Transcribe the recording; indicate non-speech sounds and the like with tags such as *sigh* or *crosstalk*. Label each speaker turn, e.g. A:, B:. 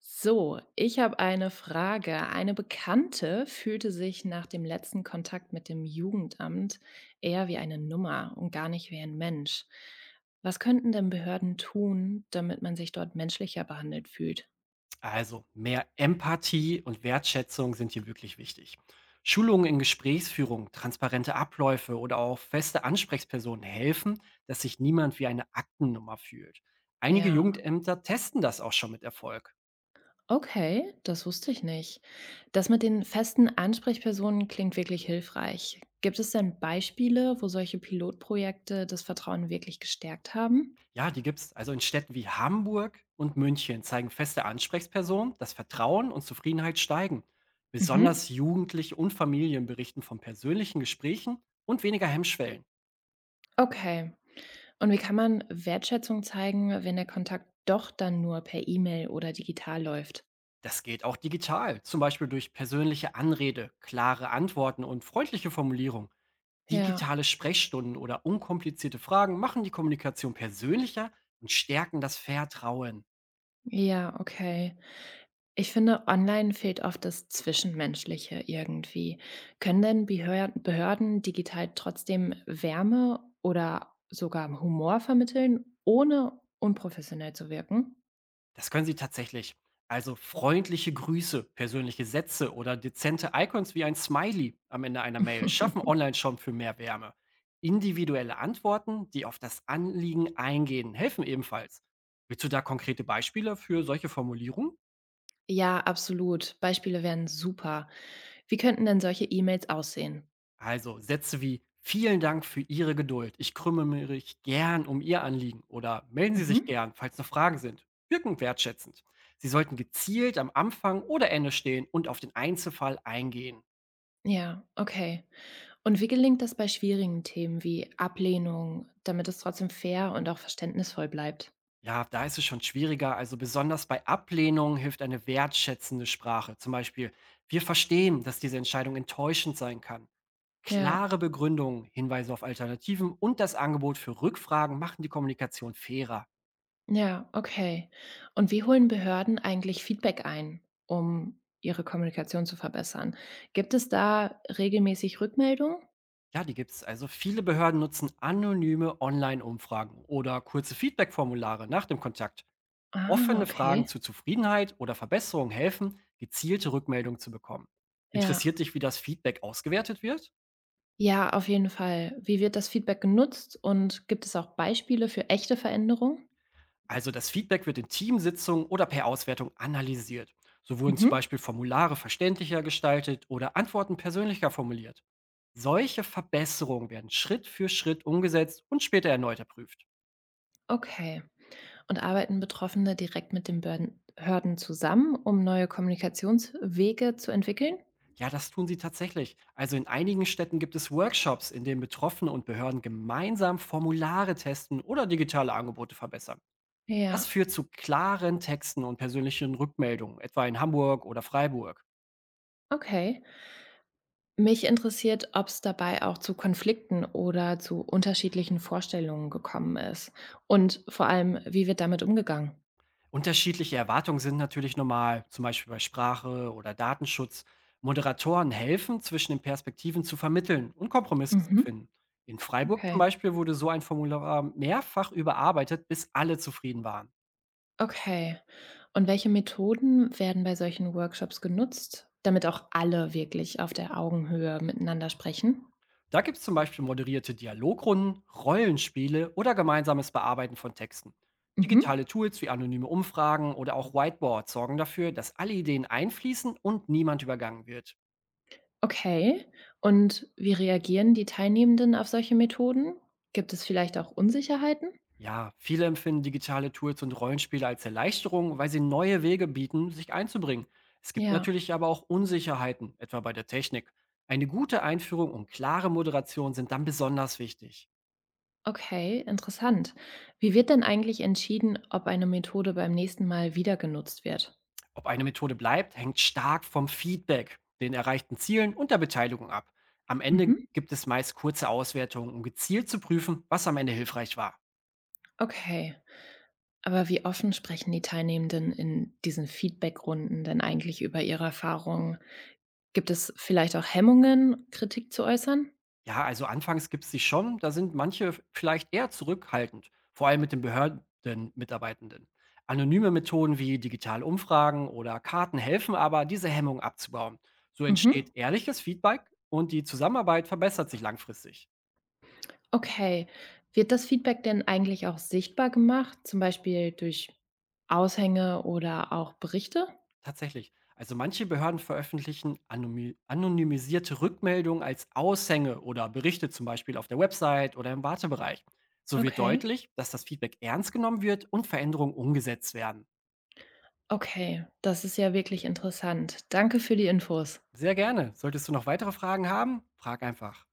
A: So, ich habe eine Frage. Eine Bekannte fühlte sich nach dem letzten Kontakt mit dem Jugendamt eher wie eine Nummer und gar nicht wie ein Mensch. Was könnten denn Behörden tun, damit man sich dort menschlicher behandelt fühlt?
B: Also mehr Empathie und Wertschätzung sind hier wirklich wichtig. Schulungen in Gesprächsführung, transparente Abläufe oder auch feste Ansprechpersonen helfen, dass sich niemand wie eine Aktennummer fühlt. Einige
A: Ja,
B: Jugendämter testen das auch schon mit Erfolg.
A: okay, das wusste ich nicht. Das mit den festen Ansprechpersonen klingt wirklich hilfreich. Gibt es denn Beispiele, wo solche Pilotprojekte das Vertrauen wirklich gestärkt haben?
B: Ja, die gibt es. Also in Städten wie Hamburg und München zeigen feste Ansprechpersonen, dass Vertrauen und Zufriedenheit steigen.
A: Mhm.
B: Besonders Jugendliche und Familien berichten von persönlichen Gesprächen und weniger Hemmschwellen.
A: Okay. Und wie kann man Wertschätzung zeigen, wenn der Kontakt doch dann nur per E-Mail oder digital läuft?
B: Das geht auch digital, zum Beispiel durch persönliche Anrede, klare Antworten und freundliche Formulierung.
A: Ja,
B: Digitale Sprechstunden oder unkomplizierte Fragen machen die Kommunikation persönlicher und stärken das Vertrauen.
A: ja, okay. Ich finde, online fehlt oft das Zwischenmenschliche irgendwie. Können denn Behörden digital trotzdem Wärme oder sogar Humor vermitteln, ohne unprofessionell zu wirken?
B: Das können sie tatsächlich. Also freundliche Grüße, persönliche Sätze oder dezente Icons wie ein Smiley am Ende einer Mail schaffen
A: *laughs*
B: online schon für mehr Wärme. Individuelle Antworten, die auf das Anliegen eingehen, helfen ebenfalls. Willst du da konkrete Beispiele für solche Formulierungen?
A: Ja, absolut. Beispiele wären super. Wie könnten denn solche E-Mails aussehen?
B: Also Sätze wie „Vielen Dank für Ihre Geduld. Ich kümmere mich gern um Ihr Anliegen“ oder „Melden Sie sich
A: Mhm.
B: gern, falls noch Fragen sind“, wirken wertschätzend. Sie sollten gezielt am Anfang oder Ende stehen und auf den Einzelfall eingehen.
A: Ja, okay. Und wie gelingt das bei schwierigen Themen wie Ablehnung, damit es trotzdem fair und auch verständnisvoll bleibt?
B: Ja, da ist es schon schwieriger. Also besonders bei Ablehnung hilft eine wertschätzende Sprache. Zum Beispiel: „Wir verstehen, dass diese Entscheidung enttäuschend sein kann.“
A: Ja,
B: Klare Begründungen, Hinweise auf Alternativen und das Angebot für Rückfragen machen die Kommunikation fairer.
A: ja, okay. Und wie holen Behörden eigentlich Feedback ein, um ihre Kommunikation zu verbessern? Gibt es da regelmäßig Rückmeldungen?
B: Ja, die gibt's. Also viele Behörden nutzen anonyme Online-Umfragen oder kurze Feedback-Formulare nach dem Kontakt.
A: Ah,
B: Offene Fragen
A: okay.
B: zu Zufriedenheit oder Verbesserung helfen, gezielte Rückmeldungen zu bekommen.
A: Ja.
B: Interessiert dich, wie das Feedback ausgewertet wird?
A: Ja, auf jeden Fall. Wie wird das Feedback genutzt und gibt es auch Beispiele für echte Veränderungen?
B: Also das Feedback wird in Teamsitzungen oder per Auswertung analysiert. So wurden zum
A: Mhm.
B: Beispiel Formulare verständlicher gestaltet oder Antworten persönlicher formuliert. Solche Verbesserungen werden Schritt für Schritt umgesetzt und später erneut erprüft.
A: Okay. Und arbeiten Betroffene direkt mit den Börden Behörden zusammen, um neue Kommunikationswege zu entwickeln?
B: Ja, das tun sie tatsächlich. Also in einigen Städten gibt es Workshops, in denen Betroffene und Behörden gemeinsam Formulare testen oder digitale Angebote verbessern. Das
A: Ja,
B: führt zu klaren Texten und persönlichen Rückmeldungen, etwa in Hamburg oder Freiburg.
A: okay. Mich interessiert, ob es dabei auch zu Konflikten oder zu unterschiedlichen Vorstellungen gekommen ist und vor allem, wie wird damit umgegangen?
B: Unterschiedliche Erwartungen sind natürlich normal, zum Beispiel bei Sprache oder Datenschutz. Moderatoren helfen, zwischen den Perspektiven zu vermitteln und Kompromisse zu
A: Mhm,
B: finden. In Freiburg zum
A: okay.
B: Beispiel wurde so ein Formular mehrfach überarbeitet, bis alle zufrieden waren.
A: Okay. Und welche Methoden werden bei solchen Workshops genutzt, damit auch alle wirklich auf der Augenhöhe miteinander sprechen?
B: Da gibt es zum Beispiel moderierte Dialogrunden, Rollenspiele oder gemeinsames Bearbeiten von Texten.
A: Mhm.
B: Digitale Tools wie anonyme Umfragen oder auch Whiteboards sorgen dafür, dass alle Ideen einfließen und niemand übergangen wird.
A: Okay. Und wie reagieren die Teilnehmenden auf solche Methoden? Gibt es vielleicht auch Unsicherheiten?
B: Ja, viele empfinden digitale Tools und Rollenspiele als Erleichterung, weil sie neue Wege bieten, sich einzubringen. Es gibt
A: Ja,
B: natürlich aber auch Unsicherheiten, etwa bei der Technik. Eine gute Einführung und klare Moderation sind dann besonders wichtig.
A: okay, interessant. Wie wird denn eigentlich entschieden, ob eine Methode beim nächsten Mal wieder genutzt wird?
B: Ob eine Methode bleibt, hängt stark vom Feedback, den erreichten Zielen und der Beteiligung ab. Am Ende
A: Mhm.
B: gibt es meist kurze Auswertungen, um gezielt zu prüfen, was am Ende hilfreich war.
A: Okay. Aber wie offen sprechen die Teilnehmenden in diesen Feedbackrunden denn eigentlich über ihre Erfahrungen? Gibt es vielleicht auch Hemmungen, Kritik zu äußern?
B: Ja, also anfangs gibt es sie schon, da sind manche vielleicht eher zurückhaltend, vor allem mit den Behördenmitarbeitenden. Anonyme Methoden wie digitale Umfragen oder Karten helfen aber, diese Hemmung abzubauen. So entsteht
A: Mhm.
B: ehrliches Feedback und die Zusammenarbeit verbessert sich langfristig.
A: Okay. Wird das Feedback denn eigentlich auch sichtbar gemacht, zum Beispiel durch Aushänge oder auch Berichte?
B: Tatsächlich. Also manche Behörden veröffentlichen anonymisierte Rückmeldungen als Aushänge oder Berichte zum Beispiel auf der Website oder im Wartebereich. So wird
A: Okay,
B: deutlich, dass das Feedback ernst genommen wird und Veränderungen umgesetzt werden.
A: okay, das ist ja wirklich interessant. Danke für die Infos.
B: Sehr gerne. Solltest du noch weitere Fragen haben, frag einfach.